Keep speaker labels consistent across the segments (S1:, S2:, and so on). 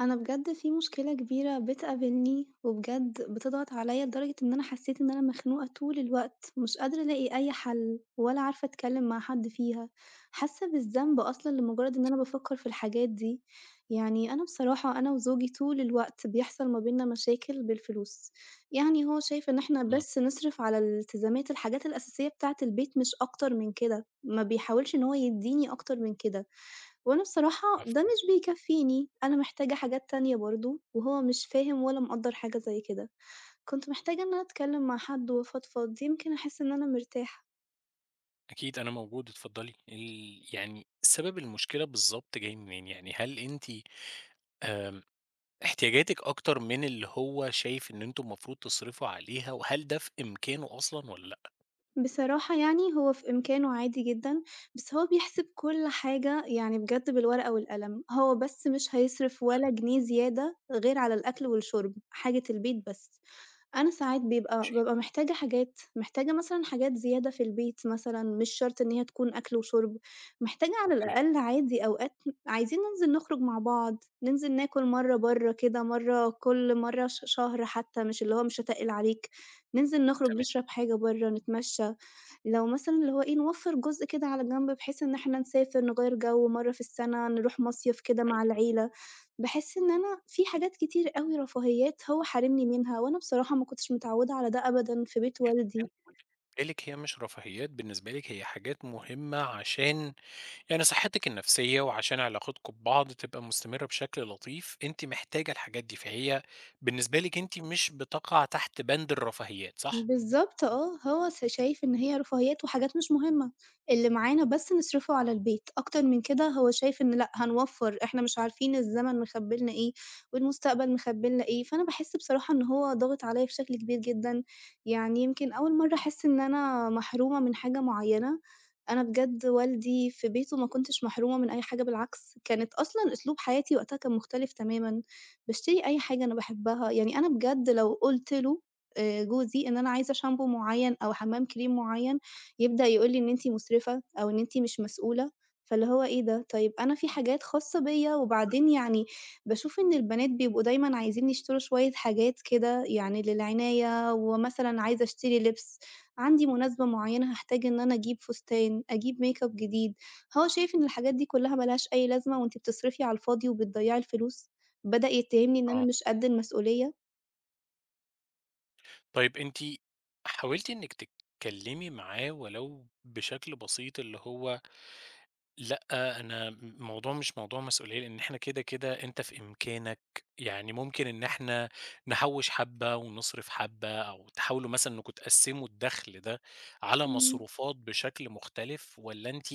S1: أنا بجد في مشكلة كبيرة بتقابلني، وبجد بتضغط عليَّ لدرجة إن أنا حسيت إن أنا مخنوقة طول الوقت، مش قادرة ألاقي أي حل، ولا عارفة أتكلم مع حد فيها، حاسة بالذنب أصلًا لمجرد إن أنا بافكر في الحاجات دي، يعني أنا بصراحة أنا وزوجي طول الوقت بيحصل ما بيننا مشاكل بالفلوس، يعني هو شايف إن إحنا
S2: إمم،
S1: بس نصرف على الالتزامات الحاجات الأساسية بتاعة البيت مش أكتر من كده، ما بيحاولش إن هو يديني أكتر من كده. وأنا بصراحة ده
S2: مفهوم.
S1: مش بيكفّيني، أنا محتاجة حاجات تانية برضه، وهو مش فاهم ولا مقدّر حاجة زي كده، كنت محتاجة إن أنا أتكلّم مع حد وأفضفض يمكن أحس إن أنا مرتاحة.
S2: أكيد أنا موجود، اتفضلي. يعني سبب المشكلة بالضبط جاي منين؟ يعني هل أنتِ آمم، احتياجاتِك أكتر من اللي هو شايف إن أنتم المفروض تصرفوا عليها، وهل ده في إمكانه أصلًا والّا لأ؟
S1: بصراحة يعني هو في إمكانه عادي جدًا، بس هو بيحسب كل حاجة يعني بجد بالورقة والقلم، هو بس مش هيصرف ولا
S2: فاهمِك،
S1: جنيه زيادة غير على الأكل والشُرب، حاجة البيت بس. أنا ساعات بيبقى
S2: ماشي،
S1: بابقى محتاجة حاجات، محتاجة مثلًا حاجات زيادة في البيت مثلًا، مش شرط إن هي تكون أكل وشرب، محتاجة على
S2: أوكي،
S1: الأقل عادي أوقات عايزين ننزل نخرج مع بعض، ننزل ناكل مرّة برّه كده، مرّة كل مرّة شهر حتى، مش اللي هو مش هاتقِّل عليك، ننزل نخرج
S2: تمام،
S1: نشرب حاجة برّه، نتمشى، لو مثلًا اللي هو إيه، نوفّر جزء كده على جنب بحيث إن إحنا نسافر، نغيّر جو مرّة في السنة، نروح مصيف كده
S2: حلو
S1: مع
S2: أوي.
S1: العيلة. باحس إن أنا في حاجات كتير أوي رفاهيات هو حارمني منها، وأنا بصراحة ما كنتش متعوّدة على ده أبدًا في بيت والدي.
S2: أنتِ بالنسبة لِك هي مش رفاهيات، بالنسبة لِك هي حاجات مهمة عشان يعني صحتِك النفسية، وعشان علاقتكم ببعض تبقى مستمرة بشكل لطيف، أنتِ محتاجة الحاجات دي، فهي بالنسبة لِك أنتِ مش بتقع تحت بند الرفاهيات، صح؟
S1: بالضبط آه، هو شايف إن هي رفاهيات وحاجات مش مهمة، اللي معانا بس نصرفه على البيت، أكتر من كده هو شايف إن لأ، هنوفّر، إحنا مش عارفين الزمن مخبّي لنا إيه، والمستقبل مخبّي لنا إيه، فأنا باحس بصراحة إن هو ضاغط عليَّ بشكل كبير جدًا، يعني يمكن أول مرّة أحس إن أنا محرومة من حاجة معيّنة، أنا بجد والدي في بيته ما كنتش محرومة من أي حاجة بالعكس، كانت أصلًا أسلوب حياتي وقتها كان مختلف تمامًا، باشتري أي حاجة أنا باحبها، يعني أنا بجد لو قُلت له جوزي إن أنا عايزة شامبو معيّن أو حمام كريم معيّن، يبدأ يقول لي إن أنتِ مسرفة أو إن أنتِ مش مسؤولة، فاللي هو إيه ده! طيب أنا في حاجات خاصة بيّا، وبعدين يعني باشوف إن البنات بيبقوا دايمًا عايزين يشتروا شوية حاجات كده يعني للعناية، ومثلًا عايزة أشتري لبس، عندي مناسبة معيّنة هاحتاج إن أنا أجيب فستان، أجيب makeup جديد، هو شايف إن الحاجات دي كلّها ما لهاش أي لازمة وأنتِ بتصرفي على الفاضي وبتضيّعي الفلوس، بدأ يتهمني إن أنا
S2: آه.
S1: مش قد المسؤولية.
S2: طيب أنتِ حاولتِ إنِّك تتكلّمي معاه ولو بشكل بسيط، اللي هو لأ، أنا الموضوع مش موضوع مسؤولية، لإن إحنا كده، كده أنت في إمكانك، يعني ممكن إن إحنا نحوّش حبّة ونصرف حبّة أو تحاولوا مثلًا إنكم تقسّموا الدخل ده على
S1: إمم.
S2: مصروفات بشكل مختلف والّا أنتِ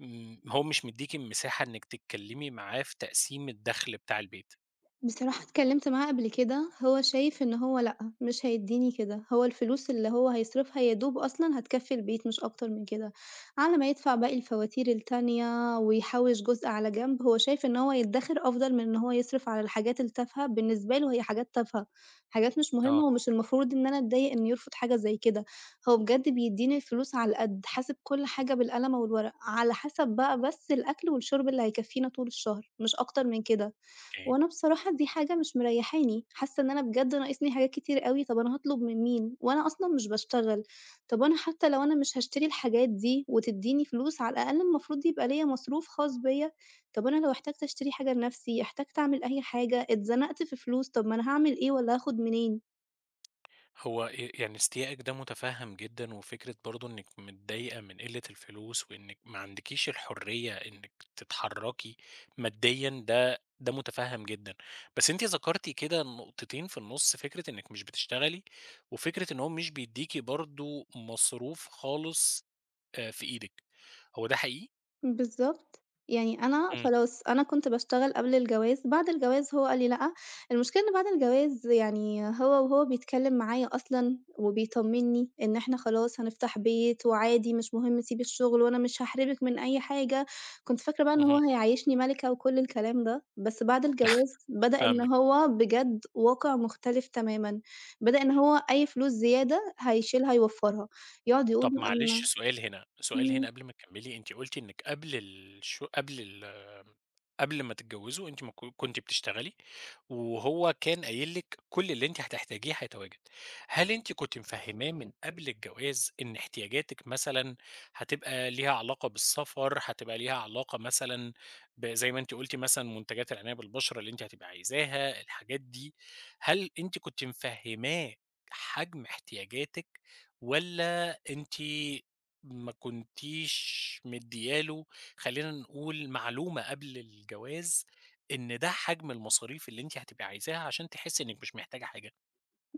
S2: م هو مش مدّيكِ المساحة إنِّك تتكلّمي معاه في تقسيم الدخل بتاع البيت؟
S1: بصراحة اتكلّمت معاه قبل كده، هو شايف إن هو لأ، مش هيدّيني كده، هو الفلوس اللي هو هيصرفها يا دوب أصلًا هتكفّي البيت مش أكتر من كده، على ما يدفع باقي الفواتير التانية ويحوّش جزء على جنب، هو شايف إن هو يدّخر أفضل من إن هو يصرف على الحاجات التافهة، بالنسبة له هي حاجات تافهة، حاجات مش
S2: آه،
S1: مهمة ومش المفروض إن أنا أتضايق إنه يرفض حاجة زي كده، هو بجد بيدّيني الفلوس على القد، حاسب كل حاجة بالقلم والورق، على حسب بقى بس الأكل والشرب اللي هيكفّينا طول الشهر، مش أكتر من كده.
S2: أوكي.
S1: وأنا بصراحة دي حاجة مش مريحاني، حاسة إن أنا بجد ناقصني حاجات كتير أوي، طب أنا هاطلب من مين؟ وأنا أصلًا مش باشتغل، طب أنا حتى لو أنا مش هاشتري الحاجات دي وتديني فلوس على الأقل المفروض يبقى ليا مصروف خاص بيا، طب أنا لو احتجت أشتري حاجة لنفسي، احتجت أعمل أي حاجة، اتزنقت في فلوس، طب ما أنا هاعمل إيه والّا هاخد منين؟
S2: هو يعني استيائِك ده مُتفهِّم جدًا، وفكرة برضه إنِّك متضايقة من قِلّة الفلوس، وإنِّك ما عندكيش الحرية إنِّك تتحرّكي ماديًا ده مُتفهِّم جدًا، بس أنتِ ذكرتِ كده نقطتين في النُص، فكرة إنِّك مش بتشتغلي، وفكرة إن هو مش بيدّيكِ برضه مصروف خالص في إيدِك، هو ده حقيقي؟
S1: بالضبط، يعني أنا
S2: إمم.
S1: خلاص أنا كنت باشتغل قبل الجواز، بعد الجواز هو قال لي لأ، المشكلة إن بعد الجواز يعني وهو بيتكلّم معايا أصلًا وبيطمّني إن إحنا خلاص هنفتح بيت وعادي مش مهم سيبي الشغل وأنا مش هاحرمِك من أي حاجة، كنت فاكرة بقى إن هو
S2: اهم.
S1: هيعيّشني مَلِكة وكل الكلام ده، بس بعد الجواز بدأ إن
S2: فاهمِك.
S1: هو بجد واقع مختلف تمامًا، بدأ إن هو أي فلوس زيادة هيشيلها يوفّرها، يقعد يقول
S2: طب معلش
S1: أنا
S2: سؤال هنا، سؤال هنا
S1: إمم.
S2: قبل ما تكمّلي، أنتِ قُلتِ إنِّك قبل الشو قبل ال قبل ما تتجوّزوا أنتِ ما كنتِ بتشتغلي، وهو كان قايل لِك كل اللي أنتِ هتحتاجيه هيتواجد، هل أنتِ كنتِ مفهّماه من قبل الجواز إن احتياجاتِك مثلًا هتبقى ليها علاقة بالسفر، هتبقى ليها علاقة مثلًا زي ما أنتِ قُلتِ مثلًا منتجات العناية بالبشرة اللي أنتِ هتبقى عايزاها، الحاجات دي، هل أنتِ كنتِ مفهّماه حجم احتياجاتِك والّا أنتِ ما كنتيش مديّة له خلّينا نقول معلومة قبل الجواز إن ده حجم المصاريف اللي أنتِ هتبقي عايزاها عشان تحسّي إنِّك مش محتاجة حاجة.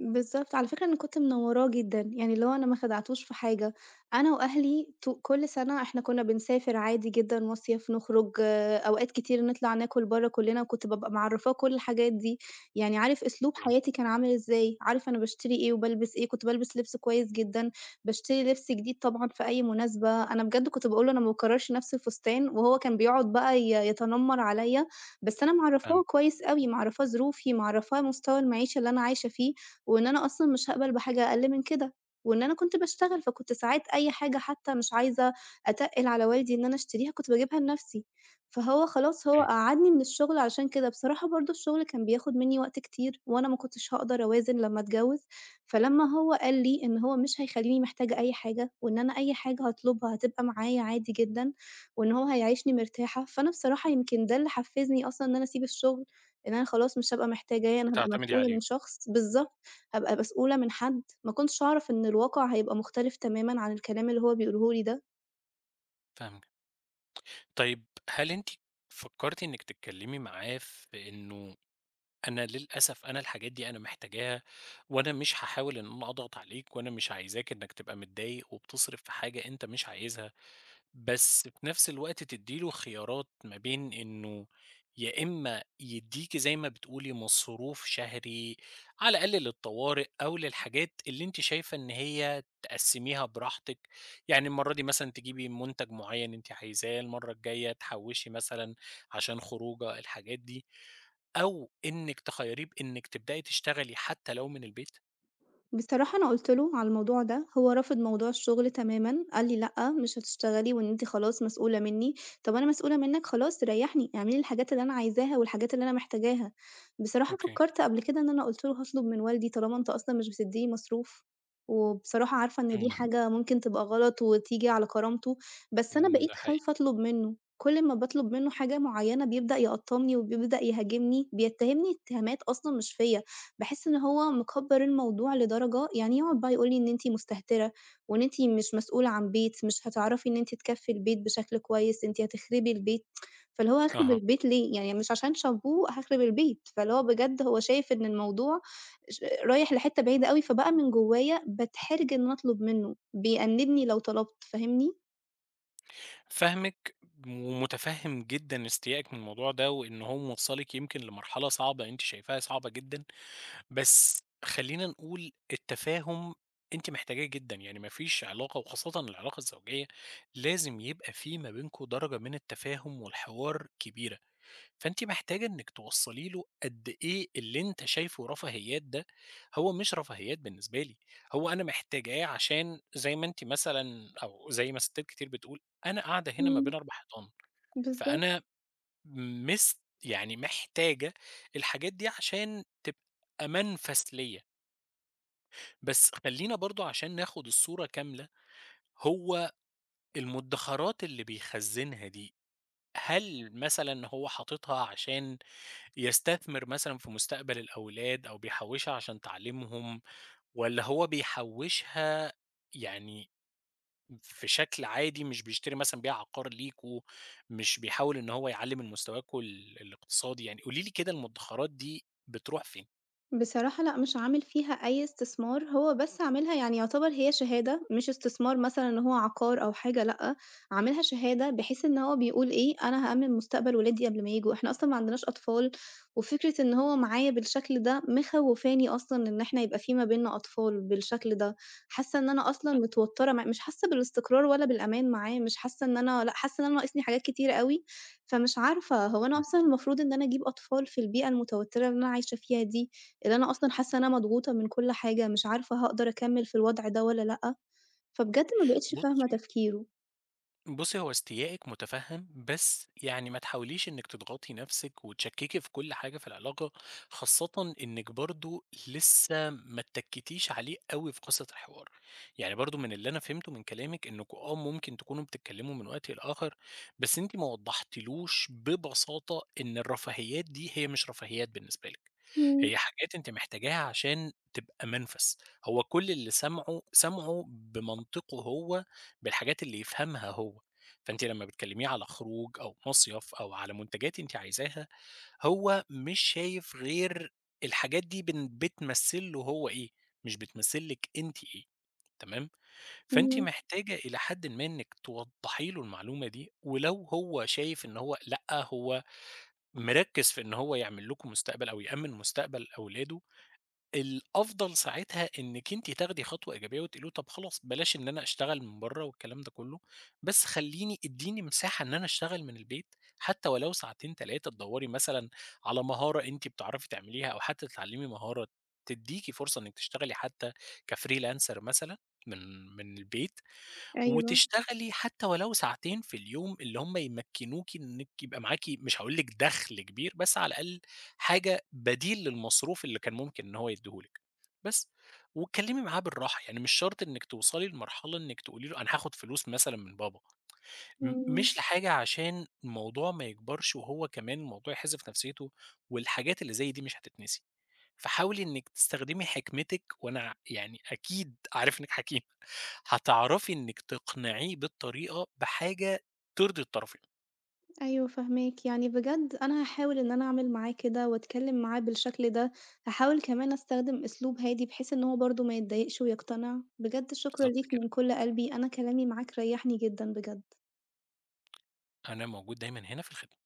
S1: بالضبط، على فكرة أنا كنت منوّراه جدًا، يعني اللي هو أنا ما خدعتوش في حاجة، أنا وأهلي كل سَنة إحنا كنا بنسافر عادي جدًا مصيف، نخرج، آه، أوقات كتير نطلع ناكل برّه كُلّنا، وكنت بابقى معرّفاه كل الحاجات دي، يعني عارف أسلوب
S2: فاهم،
S1: حياتي كان عامل إزاي، عارف أنا باشتري إيه وبالبس إيه، كنت بالبس لِبْس كويس جدًا، باشتري لِبْس جديد طبعًا في أي مناسبة، أنا بجد كنت باقول له أنا ما باكرّرش نَفْس الفستان، وهو كان بيقعد بقى يتنمّر عليّا، بس أنا معرّفاه
S2: فاهمِك،
S1: كويس أوي، معرّفاه ظروفي، معرّفاه مستوى المعيشة اللي أنا عايشة فيه، وإن أنا أصلًا مش هاقبل بحاجة أقل من كده، وإن أنا كنت باشتغل، فكنت ساعات أي حاجة حتى مش عايزة أتقِّل على والدي إن أنا أشتريها، كنت باجيبها لنَفْسي، فهو خلاص هو
S2: فاهم،
S1: قَعَدني من الشغل عشان كده. بصراحة برضه الشغل كان بياخُد منّي وقت كتير وأنا ما كنتش هاقدر أوازن لمّا أتجوّز، فلمّا هو قال لي إن هو مش هيخلّيني محتاجة أي حاجة وإن أنا أي حاجة هاطلبها هتبقى معايا عادي جدًا وإن هو هيعيشني مرتاحة، فأنا بصراحة يمكن ده اللي حفّزني أصلًا إن أنا أسيب الشغل، إن أنا خلاص مش هابقى محتاجاه، أنا هابقى
S2: وتعتمدي
S1: مسؤولة
S2: عليه.
S1: من شخص بالضبط. أبقى مسؤولة من حد، ما كنتش أعرف إن الواقع هيبقى مختلف تمامًا عن الكلام اللي هو بيقوله لي ده.
S2: فاهمِك. طيب هل أنتِ فكّرتِ إنِّك تتكلّمي معاه في إنه أنا للأسف أنا الحاجات دي أنا محتاجاها وأنا مش هاحاول إن أنا أضغط عليك وأنا مش عايزاك إنّك تبقى متضايق وبتصرف في حاجة أنت مش عايزها. بس في نفس الوقت تدّي له خيارات ما بين إنه يا إمّا يدّيكِ زي ما بتقولي مصروف شهري على الأقل للطوارئ أو للحاجات اللي أنتِ شايفة إن هي تقسّميها براحتِك، يعني المرّة دي مثلًا تجيبي منتج معيّن أنتِ عايزاه، المرّة الجاية تحوّشي مثلًا عشان خروجة، الحاجات دي، أو إنِّك تخيّريه بإنِّك تبدئي تشتغلي حتى لو من البيت؟
S1: بصراحة أنا قُلت له على الموضوع ده، هو رفض موضوع الشغل تمامًا، قال لي: "لأ، مش هتشتغلي وإن أنتِ خلاص مسؤولة منّي." طَب أنا مسؤولة منّك خلاص ريّحني، اعملي لي الحاجات اللي أنا عايزاها والحاجات اللي أنا محتاجاها. بصراحة
S2: أوكي،
S1: فكّرت قبل كده إن أنا قُلت له هاطلب من والدي طالما أنت أصلًا مش بتدّيني مصروف، وبصراحة عارفة إن دي
S2: إمم،
S1: حاجة ممكن تبقى غلط وتيجي على كرامته، بس أنا
S2: إمم،
S1: بقيت
S2: ده حقيقي،
S1: خايفة أطلب منّه، كل أمّا باطلب منّه حاجة معيّنة بيبدأ يقطّمني وبيبدأ يهاجمني، بيتّهمني اتهامات أصلًا مش فيّا. باحس إن هو مكبّر الموضوع لدرجة يعني يقعد بقى يقول لي إن أنتِ مستهترة وإن أنتِ مش مسؤولة عن بيت، مش هتعرفي إن أنتِ تكفّي البيت بشكل كويس، أنتِ هتخربي البيت، فاللي هو هاخرب
S2: أها.
S1: البيت ليه؟ يعني مش عشان شامبو هاخرب البيت، فاللي هو بجد هو شايف إن الموضوع رايح لحتّة بعيدة أوي، فبقى من جوايا باتحرج إن أنا أطلب منّه، بيأنِّبني لو طلبت، فاهمني؟
S2: فاهمِك ومتفهم جدًا استيائِك من الموضوع ده، وإن هو موصّلِك يمكن لمرحلة صعبة أنتِ شايفاها صعبة جدًا، بس خلّينا نقول التفاهم أنتِ محتاجاه جدًا، يعني ما فيش علاقة وخاصةً العلاقة الزوجية لازم يبقى في ما بينكم درجة من التفاهم والحوار كبيرة، فأنتِ محتاجة إنِّك توصّلي له قد إيه اللي أنت شايفه رفاهيات ده هو مش رفاهيات بالنسبة لي، هو أنا محتاجاه عشان زي ما أنتِ مثلًا أو زي ما ستات كتير بتقول، أنا قاعدة هنا ما
S1: إمم،
S2: بين 4 حيطان،
S1: بالضبط.
S2: فأنا مس يعني محتاجة الحاجات دي عشان تبقى منفس ليّا، بس خلّينا برضه عشان ناخد الصورة كاملة، هو المدخرات اللي بيخزّنها دي، هل مثلًا هو حاططها عشان يستثمر مثلًا في مستقبل الأولاد أو بيحوّشها عشان تعليمهم، والّا هو بيحوّشها يعني في شكل عادي مش بيشتري مثلًا بيها عقار ليكم، مش بيحاول إن هو يعلّي من مستواكم الاقتصادي يعني، قولي لي كده المدخرات دي بتروح فين؟
S1: بصراحة لأ، مش عامل فيها أي استثمار، هو بس عاملها يعني يعتبر هي شهادة، مش استثمار مثلًا إن هو عقار أو حاجة لأ، عاملها شهادة بحيث إن هو بيقول إيه، أنا هأمِّن مستقبل ولادي قبل ما ييجوا، إحنا أصلًا ما عندناش أطفال، وفكرة إن هو معايا بالشكل ده مخوّفاني أصلًا إن إحنا يبقى في ما بيننا أطفال بالشكل ده، حاسة إن أنا أصلًا متوترة معاه، مش حاسة بالاستقرار ولا بالأمان معاه، مش حاسة إن أنا لأ، حاسة إن أنا ناقصني حاجات كتيرة أوي، فمش عارفة هو أنا أصلًا المفروض إن أنا أجيب أطفال في البيئة المتوترة اللي أنا عايشة فيها دي؟ اللي أنا أصلًا حاسة إن أنا مضغوطة من كل حاجة، مش عارفة هاقدر أكمّل في الوضع ده والّا لأ، فبجد ما بقيتش فاهمة
S2: بُصّي
S1: تفكيره.
S2: بُصّي، هو استيائِك مُتفهِّم، بس يعني ما تحاوليش إنِّك تضغطي نَفْسِك وتشكِّكي في كل حاجة في العلاقة، خاصةً إنِّك برضه لسه ما اتّكِّتيش عليه أوي في قصة الحوار. يعني برضه من اللي أنا فهمته من كلامِك إنّكم آه، ممكن تكونوا بتتكلّموا من وقت لآخر، بس أنتِ ما وضّحتيلوش ببساطة إن الرفاهيات دي هي مش رفاهيات بالنسبة لِك،
S1: إمم،
S2: هي حاجات أنتِ محتاجاها عشان تبقى منفَس. هو كل اللي سمعه، سمعه بمنطقه هو بالحاجات اللي يفهمها هو، فأنتِ لمّا بتكلميه على خروج أو مصيف أو على منتجات أنتِ عايزاها، هو مش شايف غير الحاجات دي بتمثّل له هو إيه، مش بتمثّل لِك أنتِ إيه، تمام؟ فأنتِ
S1: إمم،
S2: محتاجة إلى حدٍ ما إنِّك توضّحي له المعلومة دي، ولو هو شايف إن هو لأ، هو مركّز في إن هو يعمل لكم مستقبل أو يأمِّن مستقبل أولاده، الأفضل ساعتها إنِّك أنتِ تاخدي خطوة إيجابية وتقولي له طَب خلاص بلاش إن أنا أشتغل من برّه والكلام ده كُلّه، بس خلّيني ادّيني مساحة إن أنا أشتغل من البيت، حتى ولو ساعتين 3 تدوّري مثلًا على مهارة أنتِ بتعرفي تعمليها أو حتى تتعلّمي مهارة تدّيكِ فرصة إنِّك تشتغلي حتى كfreelancer مثلًا من البيت.
S1: أيوه،
S2: وتشتغلي حتى ولو ساعتين في اليوم اللي هم يمكنوكِ إنِّك يبقى معاكِ مش هاقول لِك دخل كبير، بس على الأقل حاجة بديل للمصروف اللي كان ممكن إن هو يدّيه لِك، بس. واتكلمي معاه بالراحة، يعني مش شرط إنِّك توصلي لمرحلة إنِّك تقولي له أنا هاخد فلوس مثلًا من بابا.
S1: إمم،
S2: مش لحاجة عشان الموضوع ما يكبرش وهو كمان الموضوع يحِز في نفسيته، والحاجات اللي زي دي مش هتتنسي. فحاولي إنِّك تستخدمي حكمتِك وأنا يعني أكيد عارف إنِّك حكيمة، هتعرفي إنِّك تقنعيه بالطريقة بحاجة ترضي الطرفين.
S1: أيوه فاهماك، يعني بجد أنا هاحاول إن أنا أعمل معاه كده وأتكلّم معاه بالشكل ده، هاحاول كمان أستخدم أسلوب هادي بحيث إن هو برضه ما يتضايقش ويقتنع، بجد شكرًا
S2: بالضبط
S1: ليك
S2: كده.
S1: من كل قلبي، أنا كلامي معاك ريّحني جدًا بجد.
S2: أنا موجود دايمًا هنا في الخدمة.